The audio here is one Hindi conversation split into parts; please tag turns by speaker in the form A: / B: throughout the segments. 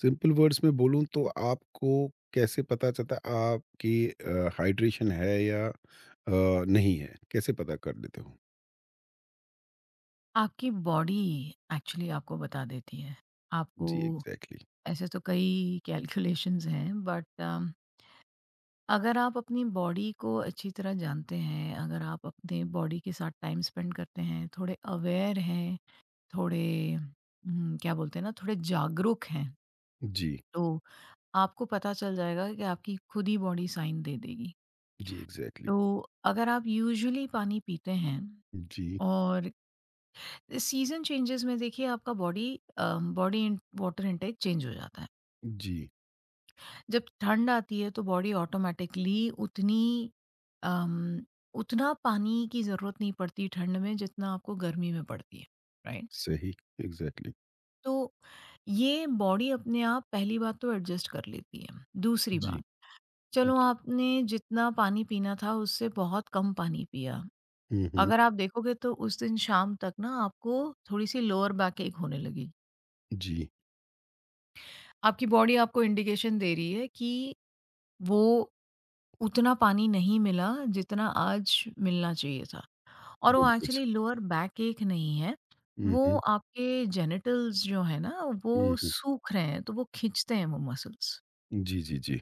A: सिंपल वर्ड्स में बोलूँ तो आपको कैसे पता चलता है आपकी हाइड्रेशन है या नहीं है? कैसे पता कर लेते हो?
B: आपकी बॉडी एक्चुअली आपको बता देती है। आपको
A: जी, एग्ज़ैक्टली।
B: ऐसे तो कई कैलकुलेशंस हैं बट अगर आप अपनी बॉडी को अच्छी तरह जानते हैं, अगर आप अपने बॉडी के साथ टाइम स्पेंड करते हैं, थोड़े अवेयर हैं, थोड़े क्या बोलते हैं ना थोड़े जागरूक हैं,
A: जी,
B: तो आपको पता चल जाएगा कि आपकी खुद ही बॉडी साइन दे देगी।
A: जी, एग्ज़ैक्टली।
B: तो अगर आप यूजुअली पानी पीते हैं
A: जी,
B: और सीज़न चेंजेस में देखिए आपका body body in water intake change हो जाता है।
A: जी,
B: जब ठंड आती है तो बॉडी ऑटोमैटिकली उतनी अम, उतना पानी की ज़रूरत नहीं पड़ती ठंड में जितना आपको गर्मी में पड़ती है, राइट?
A: सही, एग्ज़ैक्टली।
B: तो ये बॉडी अपने आप पहली बात तो एडजस्ट कर लेती है। दूसरी
A: जी,
B: बात, चलो
A: जी।
B: आपने जितना पानी पीना था उससे बहुत कम पानी पिया।
A: हुँ, हुँ।
B: अगर आप देखोगे तो उस दिन शाम तक ना आपको थोड़ी-सी लोअर बैक एक होने लगेगी।
A: जी,
B: आपकी बॉडी आपको इंडिकेशन दे रही है कि वो उतना पानी नहीं मिला जितना आज मिलना चाहिए था और वो
A: बिल्कुल स
B: एक्चुअली लोअर बैक एक नहीं है,
A: हुँ,
B: वो
A: हुँ,
B: आपके जेनिटल्स जो है ना
A: हुँ,
B: वो
A: हुँ।
B: सूख रहे हैं, तो वो खींचते हैं वो मसल्स
A: जी, जी, जी।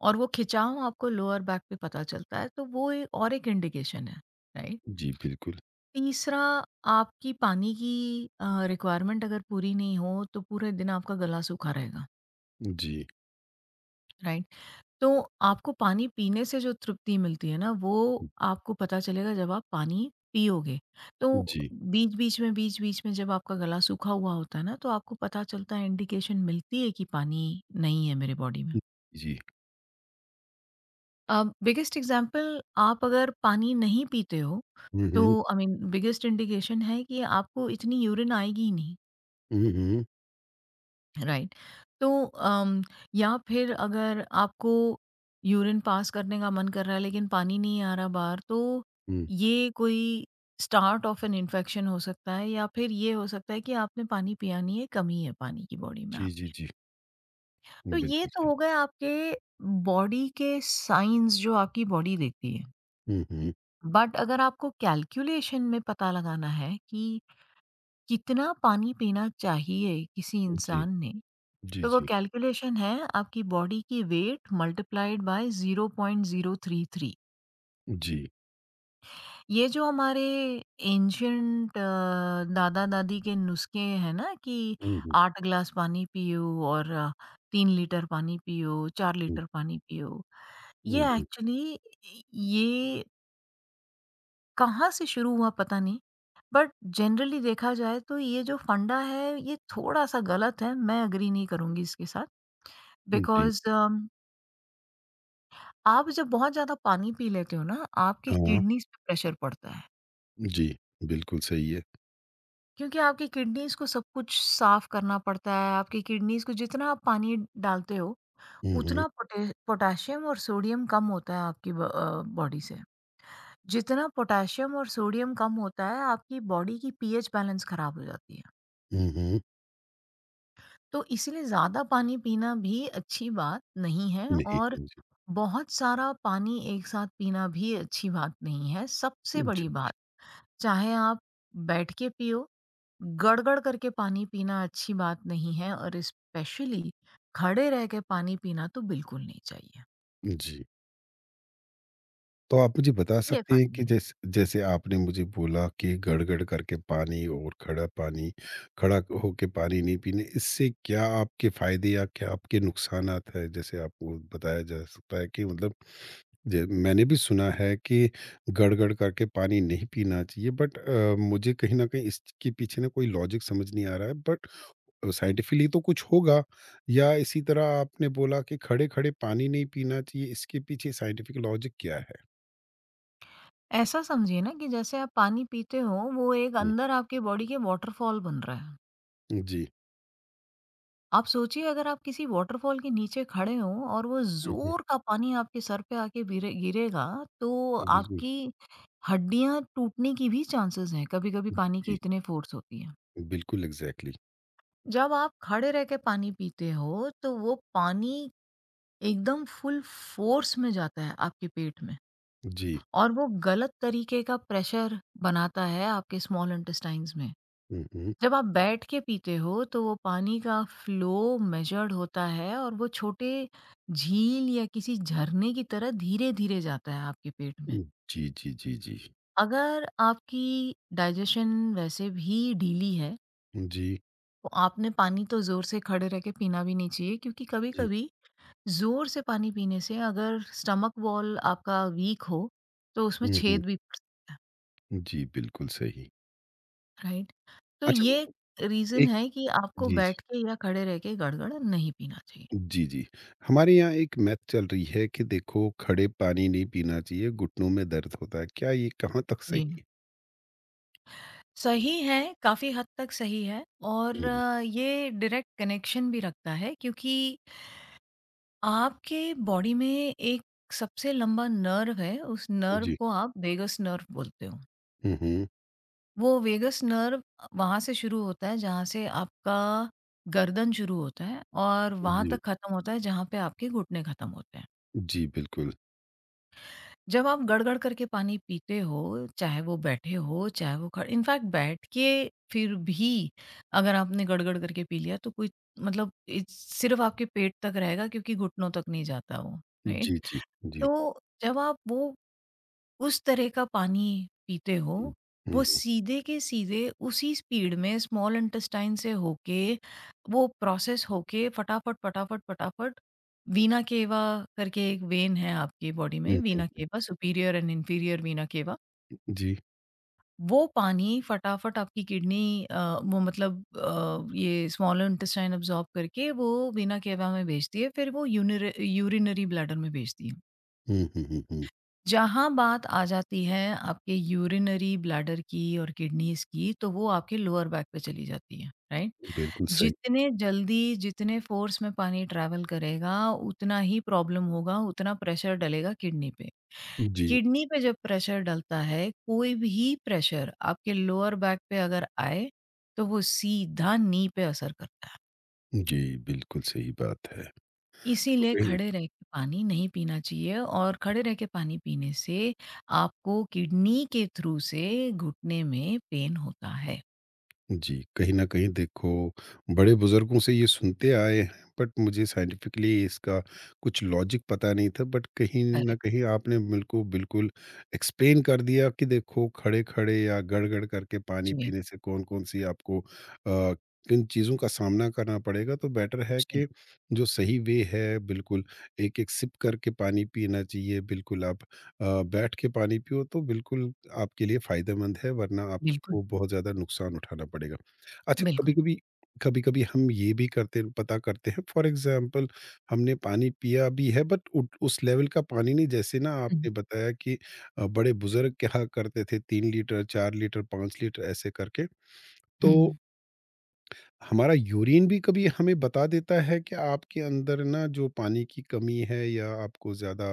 B: और वो खिंचाव आपको लोअर बैक पे पता चलता है, तो वो ए और एक इंडिकेशन है, राइट?
A: जी, बिल्कुल।
B: तीसरा आपकी पानी की रिक्वायरमेंट अगर पूरी नहीं हो, तो पूरे दिन आपका गला सूखा रहेगा,
A: जी,
B: राइट? तो आपको पानी पीने से जो तृप्ति मिलती है ना, वो आपको पता चलेगा जब आप पानी पियोगे। तो
A: जी,
B: बीच-बीच में जब आपका गला सूखा हुआ होता है ना, तो आपको पता चलता है, इंडिकेशन मिलती है कि पानी नहीं है मेरे बॉडी में।
A: जी।
B: बिगेस्ट एग्ज़ाम्पल आप अगर पानी नहीं पीते हो,
A: हुँ,
B: तो
A: हुँ,
B: आई मीन बिगेस्ट इंडिकेशन है कि आपको इतनी यूरिन आएगी ही नहीं।
A: हुँ, हुँ,
B: राइट तो या फिर अगर आपको यूरिन पास करने का मन कर रहा है लेकिन पानी नहीं आ रहा बाहर तो
A: हुँ।
B: ये कोई स्टार्ट ऑफ एन इन्फेक्शन हो सकता है या फिर ये हो सकता है कि आपने पानी पिया नहीं है कमी है पानी की बॉडी में
A: जी, जी,
B: आपके।
A: जी।
B: तो ये
A: बिल्कुल
B: तो
A: सही।
B: हो गए आपके बॉडी के साइंस जो आपकी बॉडी देखती है।
A: हुँ, हुँ।
B: बट अगर आपको कैलकुलेशन में पता लगाना है कि कितना पानी पीना चाहिए किसी
A: जी,
B: इंसान ने
A: जी,
B: तो वो
A: जी।
B: कैलकुलेशन है आपकी बॉडी की वेट मल्टीप्लाइड बाय 0.033।
A: जी।
B: ये जो हमारे एंशियंट दादा दादी के नुस्खे हैं ना कि
A: हुँ, हुँ।
B: 8 ग्लास पानी पियो और 3 लीटर पानी पियो 4
A: हुँ,
B: लीटर पानी पियो,
A: हुँ,
B: ये
A: हुँ।
B: एक्चुअली ये कहाँ से शुरू हुआ पता नहीं। बट जनरली देखा जाए तो ये जो फंडा है ये थोड़ा सा गलत है, मैं अग्री नहीं करूंगी इसके साथ
A: जी,
B: बिकॉज आप जब बहुत ज़्यादा पानी पी लेते हो ना, आपके
A: हाँ,
B: किडनीज़ पे प्रेशर पड़ता है,
A: जी, बिल्कुल सही है।
B: क्योंकि आपकी किडनीज़ को सब कुछ साफ़ करना पड़ता है, आपकी किडनीज़ को जितना आप पानी डालते हो,
A: हुँ, हुँ,
B: उतना पोटेशियम और सोडियम कम होता है आपकी बॉडी से। जितना पोटेशियम और सोडियम कम होता है, आपकी बॉडी की पीएच बैलेंस खराब हो जाती है।
A: हुँ, हुँ,
B: तो इसीलिए ज़्यादा पानी पीना भी अच्छी बात नहीं है
A: नहीं,
B: और
A: जी,
B: बहुत सारा पानी एक साथ पीना भी अच्छी बात नहीं है। सबसे
A: जी,
B: बड़ी बात, चाहे आप बैठ के पियो, गड़गड़ करके पानी पीना अच्छी बात नहीं है और स्पेशली खड़े रह के पानी पीना तो बिल्कुल नहीं चाहिए।
A: जी। तो आप मुझे बता
B: ये
A: सकते हैं
B: फंडी
A: कि
B: है।
A: जैसे आपने मुझे बोला कि गड़-गड़ करके पानी और खड़ा पानी खड़ा होके पानी नहीं पीने, इससे क्या आपके फ़ायदे या क्या आपके नुकसानात है? जैसे आपको बताया जा सकता है कि मतलब जी, मैंने भी सुना है कि गड़गड़ करके पानी नहीं पीना चाहिए बट मुझे कहीं न कहीं इसके पीछे ना कोई लॉजिक समझ नहीं आ रहा है बट साइंटिफिकली तो कुछ होगा या इसी तरह आपने बोला कि खड़े-खड़े पानी नहीं पीना चाहिए, इसके पीछे साइंटिफिक लॉजिक क्या है?
B: ऐसा समझिए ना कि जैसे आप पानी पीते हो वो एक
A: हुँ,
B: अंदर आपके बॉडी के वॉटरफॉल बन रहा है।
A: जी।
B: आप सोचिए अगर आप किसी वॉटरफॉल के नीचे खड़े हो और वो
A: हुँ, हुँ।
B: ज़ोर का पानी आपके सर पे आके गिरेगा, तो
A: बिल्कुल,
B: आपकी हड्डियाँ टूटने की भी चांसेस हैं, कभी-कभी पानी के
A: जी।
B: इतने फ़ोर्स होती है।
A: बिल्कुल एग्ज़ैक्टली।
B: जब आप खड़े रह के पानी पीते हो, तो वो पानी एकदम फुल फ़ोर्स में जाता है आपके पेट में
A: जी।
B: और वो गलत तरीके का प्रेशर बनाता है आपके स्मॉल इंटेस्टाइन्स में।
A: हुँ, हुँ।
B: जब आप बैठ के पीते हो, तो वो पानी का फ्लो मेजर्ड होता है और वो छोटे झील या किसी झरने की तरह धीरे-धीरे जाता है आपके पेट में।
A: हुँ, जी, जी, जी, जी।
B: अगर आपकी डाइजेशन वैसे भी ढीली है,
A: जी,
B: तो आपने पानी तो ज़ोर से खड़े रह के पीना भी नहीं चाहिए क्योंकि
A: जी।
B: कभी-कभी ज़ोर से पानी पीने से अगर स्टमक वॉल आपका वीक हो, तो उसमें
A: हुँ, हुँ।
B: छेद भी पड़ सकता है,
A: जी, बिल्कुल सही।
B: राइट? तो
A: अच्छा
B: ये रीज़न
A: एक
B: है कि आपको
A: जी, जी।
B: बैठ के या खड़े रह के गड़गड़ नहीं पीना चाहिए।
A: जी, जी। हमारे यहाँ एक मैथ चल रही है कि देखो खड़े पानी नहीं पीना चाहिए, घुटनों में दर्द होता है। क्या ये कहाँ तक सही
B: जी।
A: है?
B: सही है, काफ़ी हद तक सही है और
A: हुँ,
B: ये डायरेक्ट कनेक्शन भी रखता है क्योंकि आपके बॉडी में एक सबसे लंबा नर्व है, उस नर्व
A: जी।
B: को आप वेगस नर्व बोलते हो।
A: हुँ, हुँ।
B: वो वेगस नर्व वहाँ से शुरू होता है जहाँ से आपका गर्दन शुरू होता है और वहाँ
A: जी,
B: तक खत्म होता है जहाँ पे आपके घुटने खत्म होते हैं।
A: जी बिल्कुल।
B: जब आप गड़गड़ करके पानी पीते हो, चाहे वो बैठे हो, चाहे वो खड़े, इनफैक्ट बैठ के फिर भी अगर आपने गड़गड़ करके पी लिया तो कोई मतलब इट्स सिर्फ़ आपके पेट तक रहेगा क्योंकि घुटनों तक नहीं जाता वो, राइट?
A: जी, जी, जी।
B: तो जब आप वो उस तरह का पानी पीते हो,
A: हुँ,
B: वो
A: हुँ,
B: सीधे के सीधे उसी स्पीड में स्मॉल इंटेस्टाइन से होके, वो प्रोसेस होके फटाफट, फटाफट, फटाफट वीना केवा करके एक वेन है आपकी बॉडी में,
A: हुँ,
B: वीना
A: हुँ।
B: केवा सुपीरियर एंड इंफीरियर वीना केवा।
A: जी।
B: वो पानी फटाफट आपकी किडनी वो मतलब ये स्मॉल इंटेस्टाइन अब्ज़ॉर्ब करके वो वीना केवा में भेजती है, फिर वो यूनिर यूरिनरी ब्लैडर में भेजती है।
A: हुँ, हुँ, हुँ, हुँ।
B: जहाँ बात आ जाती है आपके यूरिनरी ब्लैडर की और किडनीज़ की, तो वो आपके लोअर बैक पे चली जाती है, राइट?
A: बिल्कुल सही।
B: जितने जल्दी, जितने फ़ोर्स में पानी ट्रैवल करेगा, उतना ही प्रॉब्लम होगा, उतना प्रेशर डलेगा किडनी पे।
A: जी,
B: किडनी पे जब प्रेशर डलता है, कोई भी प्रेशर आपके लोअर बैक पे अगर आए, तो वो सीधा नी पे असर करता है।
A: जी, बिल्कुल सही बात है। तो
B: इसीलिए
A: कहीं
B: खड़े रह के पानी नहीं पीना चाहिए और खड़े रह के पानी पीने से आपको किडनी के थ्रू से घुटने में पेन होता है।
A: जी, कहीं न कहीं देखो, बड़े-बुज़ुर्गों से ये सुनते आए हैं, बट मुझे साइंटिफिकली इसका कुछ लॉजिक पता नहीं था, बट कहीं न
B: करेक्ट।
A: कहीं आपने बिल्कुल बिल्कुल एक्सप्लेन कर दिया कि देखो, खड़े-खड़े या गड़-गड़ करके पानी
B: जी,
A: पीने से कौन-कौन सी आपको किन चीज़ों का सामना करना पड़ेगा। तो बेटर है
B: जी।
A: कि जो सही वे है, बिल्कुल एक-एक सिप करके पानी पीना चाहिए, बिल्कुल आप बैठ के पानी पियो, तो बिल्कुल आपके लिए फ़ायदेमंद है, वरना आप
B: बिल्कुल,
A: को बहुत ज़्यादा नुकसान उठाना पड़ेगा। अच्छा
B: बिल्कुल।
A: कभी-कभी कभी-कभी हम ये भी करते पता करते हैं फॉर एग्ज़ाम्पल हमने पानी पिया भी है बट उट उस लेवल का पानी नहीं जैसे ना
B: हुँ,
A: आपने बताया कि बड़े बुज़ुर्ग क्या करते थे 3 लीटर, 4 लीटर, 5 लीटर ऐसे करके। तो
B: हुँ,
A: हमारा यूरिन भी कभी हमें बता देता है कि आपके अंदर ना जो पानी की कमी है या आपको ज़्यादा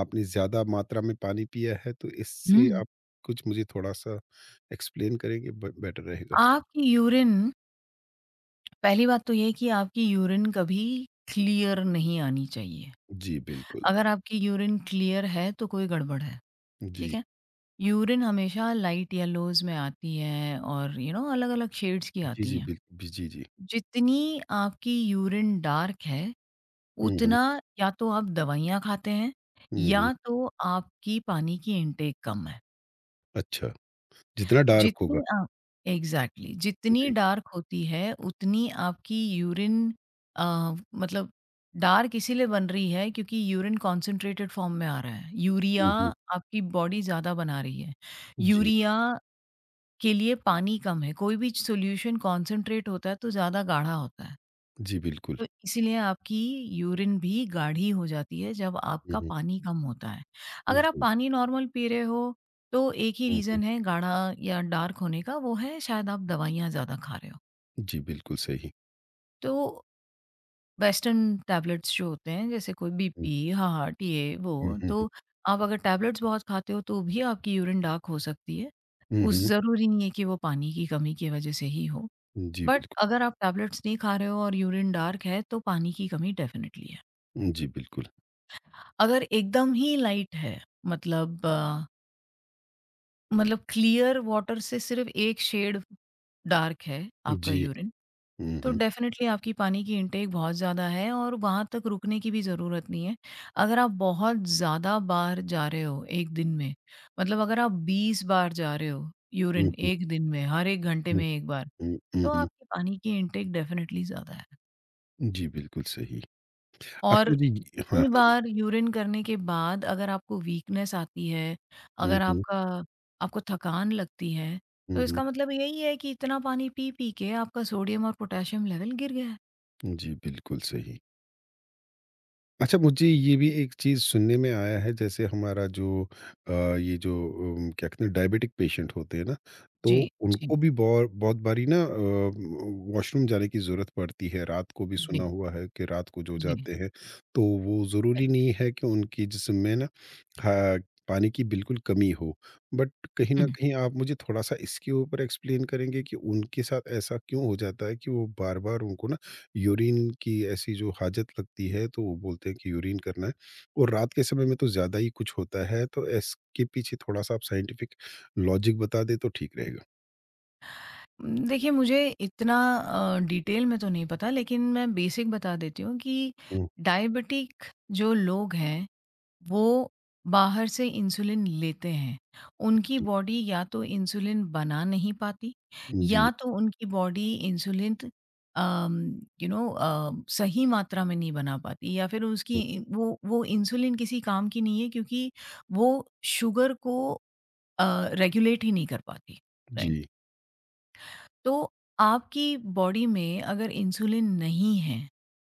A: आपने ज़्यादा मात्रा में पानी पिया है तो इससे
B: हुँ।
A: आप कुछ मुझे थोड़ा-सा एक्सप्लेन करेंगे ब बेटर रहेगा।
B: आपकी यूरिन, पहली बात तो ये है कि आपकी यूरिन कभी क्लियर नहीं आनी चाहिए।
A: जी, बिल्कुल।
B: अगर आपकी यूरिन क्लियर है तो कोई गड़बड़ है, ठीक
A: जी।
B: है? यूरिन हमेशा लाइट येलोज़ में आती है और यू नो अलग-अलग शेड्स की
A: जी,
B: आती
A: जी,
B: हैं।
A: बिल बि जी, जी।
B: जितनी आपकी यूरिन डार्क है,
A: हुँ, हुँ।
B: उतना या तो आप दवाइयाँ खाते हैं
A: हुँ, हुँ।
B: या तो आपकी पानी की इनटेक कम है।
A: अच्छा, जितना डार्क
B: जितनी
A: होगा।
B: आप एग्ज़ैक्टली जितनी
A: जी।
B: डार्क होती है, उतनी आपकी यूरिन अ, मतलब डार्क इसीलिए बन रही है क्योंकि यूरिन कॉन्सन्ट्रेटेड फॉर्म में आ रहा है। यूरिया
A: हुँ, हुँ।
B: आपकी बॉडी ज़्यादा बना रही है।
A: जी।
B: यूरिया के लिए पानी कम है। कोई भी सॉल्यूशन कॉन्सन्ट्रेट होता है तो ज़्यादा गाढ़ा होता है।
A: जी, बिल्कुल।
B: तो इसीलिए आपकी यूरिन भी गाढ़ी हो जाती है जब
A: हुँ,
B: आपका
A: हुँ।
B: पानी कम होता है। अगर आप
A: जी।
B: पानी नॉर्मल पी रहे हो, तो एक ही
A: हुँ, हुँ।
B: रीज़न है गाढ़ा या डार्क होने का, वो है शायद आप दवाइयाँ ज़्यादा खा रहे हो।
A: जी, बिल्कुल सही।
B: तो वेस्टर्न टैबलेट्स जो होते हैं, जैसे कोई
A: हुँ,
B: बीपी, हार्ट, ये
A: हुँ,
B: वो,
A: हुँ, हुँ।
B: तो आप अगर टैबलेट्स बहुत खाते हो, तो भी आपकी यूरिन डार्क हो सकती है।
A: हुँ,
B: उस
A: हुँ।
B: ज़रूरी नहीं है कि वो पानी की कमी की वजह से ही हो।
A: जी,
B: बट
A: बिल्कुल।
B: अगर आप टैबलेट्स नहीं खा रहे हो और यूरिन डार्क है, तो पानी की कमी डेफ़िनिटली है।
A: जी, बिल्कुल।
B: अगर एकदम ही लाइट है मतलब मतलब क्लियर वाटर से सिर्फ एक शेड डार्क है आपका
A: जी।
B: यूरिन,
A: हुँ,
B: तो
A: हुँ।
B: डेफ़िनेटली आपकी पानी की इनटेक बहुत ज़्यादा है और वहाँ तक रुकने की भी ज़रूरत नहीं है। अगर आप बहुत ज़्यादा बार जा रहे हो 1 दिन में, मतलब अगर आप 20 बार जा रहे हो
A: हुँ,
B: यूरिन
A: हुँ।
B: 1 दिन में, हर 1 घंटे
A: हुँ,
B: में 1 बार,
A: हुँ, हुँ,
B: तो
A: हुँ।
B: आपकी पानी की इनटेक डेफ़िनेटली ज़्यादा है।
A: जी, बिल्कुल सही। अच्छा
B: और
A: मुझे ये हाँ,
B: कई
A: हाँ।
B: बार यूरिन करने के बाद अगर आपको वीकनेस आती है,
A: हुँ,
B: अगर
A: हुँ।
B: आपका आपको थकान लगती है,
A: हुँ,
B: तो
A: हुँ।
B: इसका मतलब यही है कि इतना पानी पी-पी के आपका सोडियम और पोटेशियम लेवल गिर गया है।
A: जी, बिल्कुल सही। अच्छा, मुझे ये भी एक चीज़ सुनने में आया है, जैसे हमारा जो ये जो क्या कहते हैं डायबिटिक पेशेंट होते हैं ना, तो
B: जी,
A: उनको
B: जी,
A: भी बौ बहुत बारी ना वॉशरूम जाने की ज़रूरत पड़ती है। रात को भी सुना
B: जी,
A: हुआ है कि रात को जो
B: जी।
A: जाते हैं, तो वो ज़रूरी
B: करेक्ट।
A: नहीं है कि उनके जिस्म में ना ह पानी की बिल्कुल कमी हो। बट कहीं न
B: हुँ।
A: कहीं आप मुझे थोड़ा-सा इसके ऊपर एक्सप्लेन करेंगे कि उनके साथ ऐसा क्यों हो जाता है कि वो बार-बार उनको ना यूरिन की ऐसी जो हाजत लगती है तो वो बोलते हैं कि यूरिन करना है और रात के समय में तो ज़्यादा ही कुछ होता है तो इसके पीछे थोड़ा-सा आप साइंटिफिक लॉजिक बता दें तो ठीक रहेगा।
B: देखिए मुझे इतना डिटेल में तो नहीं पता लेकिन मैं बेसिक बता देती हूँ कि
A: हुँ,
B: डायबिटिक जो लोग हैं वो बाहर से इंसुलिन लेते हैं। उनकी
A: जी,
B: बॉडी या तो इंसुलिन बना नहीं पाती
A: जी,
B: या तो उनकी body insulin um, you know सही मात्रा में नहीं बना पाती या फिर
A: हुँ,
B: उसकी वो इंसुलिन किसी काम की नहीं है क्योंकि वो शुगर को अ, रेगुलेट ही नहीं कर पाती, राइट?
A: जी,
B: तो आपकी बॉडी में अगर इंसुलिन नहीं है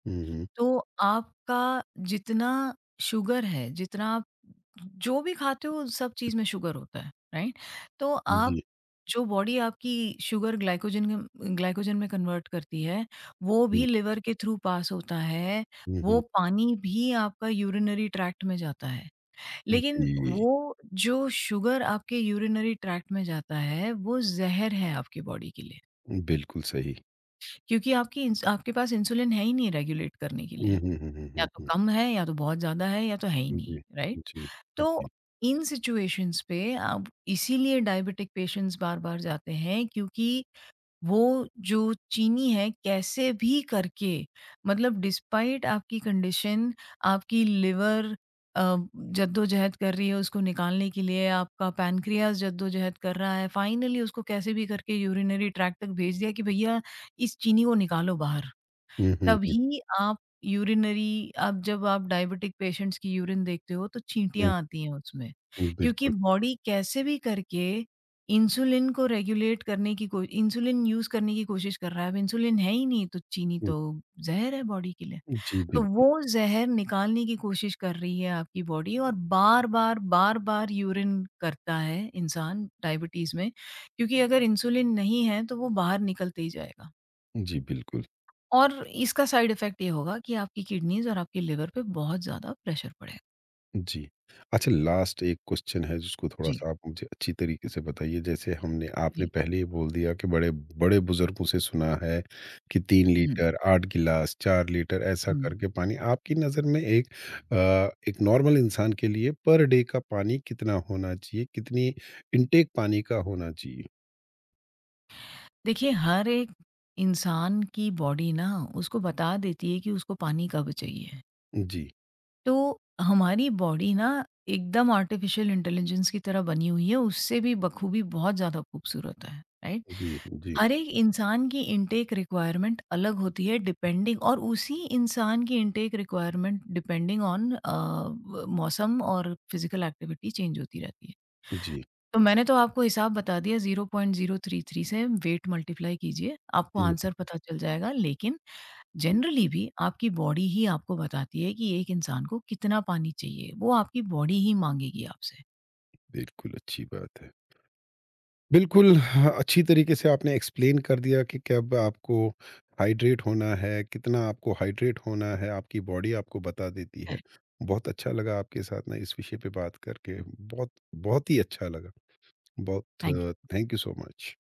A: हुँ, हुँ,
B: तो आपका जितना शुगर है, जितना आप जो भी खाते हो सब चीज़ में शुगर होता है, राइट? तो आप
A: जी,
B: जो बॉडी आपकी शुगर ग्लाइकोजन में कन्वर्ट करती है, वो भी
A: हुँ,
B: लिवर के थ्रू पास होता है,
A: हुँ,
B: वो
A: हुँ,
B: पानी भी आपका यूरिनरी ट्रैक्ट में जाता है। लेकिन
A: जी,
B: वो जो शुगर आपके यूरिनरी ट्रैक्ट में जाता है, वो ज़हर है आपकी बॉडी के लिए,
A: बिल्कुल सही।
B: क्योंकि आपकी इंस आपके पास इंसुलिन है ही नहीं रेगुलेट करने के लिए।
A: हुँ, हुँ,
B: या
A: हुँ, हुँ, हुँ,
B: तो
A: हुँ,
B: कम है, या तो बहुत ज़्यादा है, या तो है ही नहीं,
A: जी,
B: राइट?
A: जी,
B: तो
A: जी,
B: इन सिचुएशंस पे अब इसीलिए डायबिटिक पेशेंट्स बार-बार जाते हैं क्योंकि वो जो चीनी है कैसे भी करके मतलब डिस्पाइट आपकी कंडीशन, आपकी लिवर अ, जद्दोजहद कर रही है उसको निकालने के लिए, आपका पैनक्रियाज़ जद्दोजहद कर रहा है, फाइनली उसको कैसे भी करके यूरिनरी ट्रैक्ट तक भेज दिया कि भैया इस चीनी को निकालो बाहर।
A: हुँ, हुँ, हुँ,
B: तभी आप यूरिनरी आप जब आप डायबिटिक पेशेंट्स की यूरिन देखते हो तो चींटियाँ आती हैं उसमें।
A: हुँ,
B: क्योंकि
A: बिल्कुल,
B: बॉडी कैसे भी करके इंसुलिन को रेगुलेट करने की कोई इंसुलिन यूज़ करने की कोशिश कर रहा है। अब इंसुलिन है ही नहीं तो चीनी
A: हुँ,
B: तो ज़हर है बॉडी के लिए।
A: जी,
B: तो
A: बिल्कुल,
B: वो ज़हर निकालने की कोशिश कर रही है आपकी बॉडी और बार-बार, बार-बार यूरिन करता है इंसान डायबिटीज़ में क्योंकि अगर इंसुलिन नहीं है तो वो बाहर निकलते ही जाएगा।
A: जी, बिल्कुल।
B: और इसका साइड इफ़ेक्ट ये होगा कि आपकी किडनीज़ और आपके लिवर पे बहुत ज़्यादा प्रेशर पड़ेगा।
A: जी। अच्छा लास्ट एक क्वेश्चन है जिसको
B: जी,
A: थोड़ा-सा आप मुझे अच्छी तरीके से बताइए। जैसे हमने आपने
B: जी।
A: पहले ही बोल दिया कि बड़े बड़े बुज़ुर्गों से सुना है कि 3
B: हुँ,
A: लीटर, 8 गिलास, 4 लीटर ऐसा
B: हुँ।
A: करके पानी आपकी नज़र में एक एक नॉर्मल इंसान के लिए पर डे का पानी कितना होना चाहिए? कितनी इनटेक पानी का होना चाहिए?
B: देखिए हर एक इंसान की बॉडी ना उसको बता देती है कि उसको पानी कब चाहिए।
A: जी,
B: तो हमारी बॉडी ना एकदम आर्टिफ़िशियल इंटेलिजेंस की तरह बनी हुई है, उससे भी बखूबी बहुत ज़्यादा खूबसूरत है, राइट?
A: जी, जी,
B: हर एक इंसान की इनटेक रिक्वायरमेंट अलग होती है डिपेंडिंग और उसी इंसान की इनटेक रिक्वायरमेंट डिपेंडिंग ऑन मौसम और फिजिकल एक्टिविटी चेंज होती रहती है।
A: जी।
B: तो मैंने तो आपको हिसाब बता दिया 0.033 से वेट मल्टीप्लाई कीजिए आपको
A: हुँ,
B: आंसर पता चल जाएगा, लेकिन
A: हुँ।
B: जनरली भी आपकी बॉडी ही आपको बताती है कि एक इंसान को कितना पानी चाहिए, वो आपकी बॉडी ही मांगेगी आपसे।
A: बिल्कुल अच्छी बात है। बिल्कुल, हाँ, अच्छी तरीके से आपने एक्सप्लेन कर दिया कि कब आपको हाइड्रेट होना है, कितना आपको हाइड्रेट होना है, आपकी बॉडी आपको बता देती है।
B: करेक्ट,
A: बहुत अच्छा लगा आपके साथ ना इस विषय पे बात करके, बहुत बहुत ही अच्छा लगा।
B: थैंक
A: बहुत थैंक यू सो मच।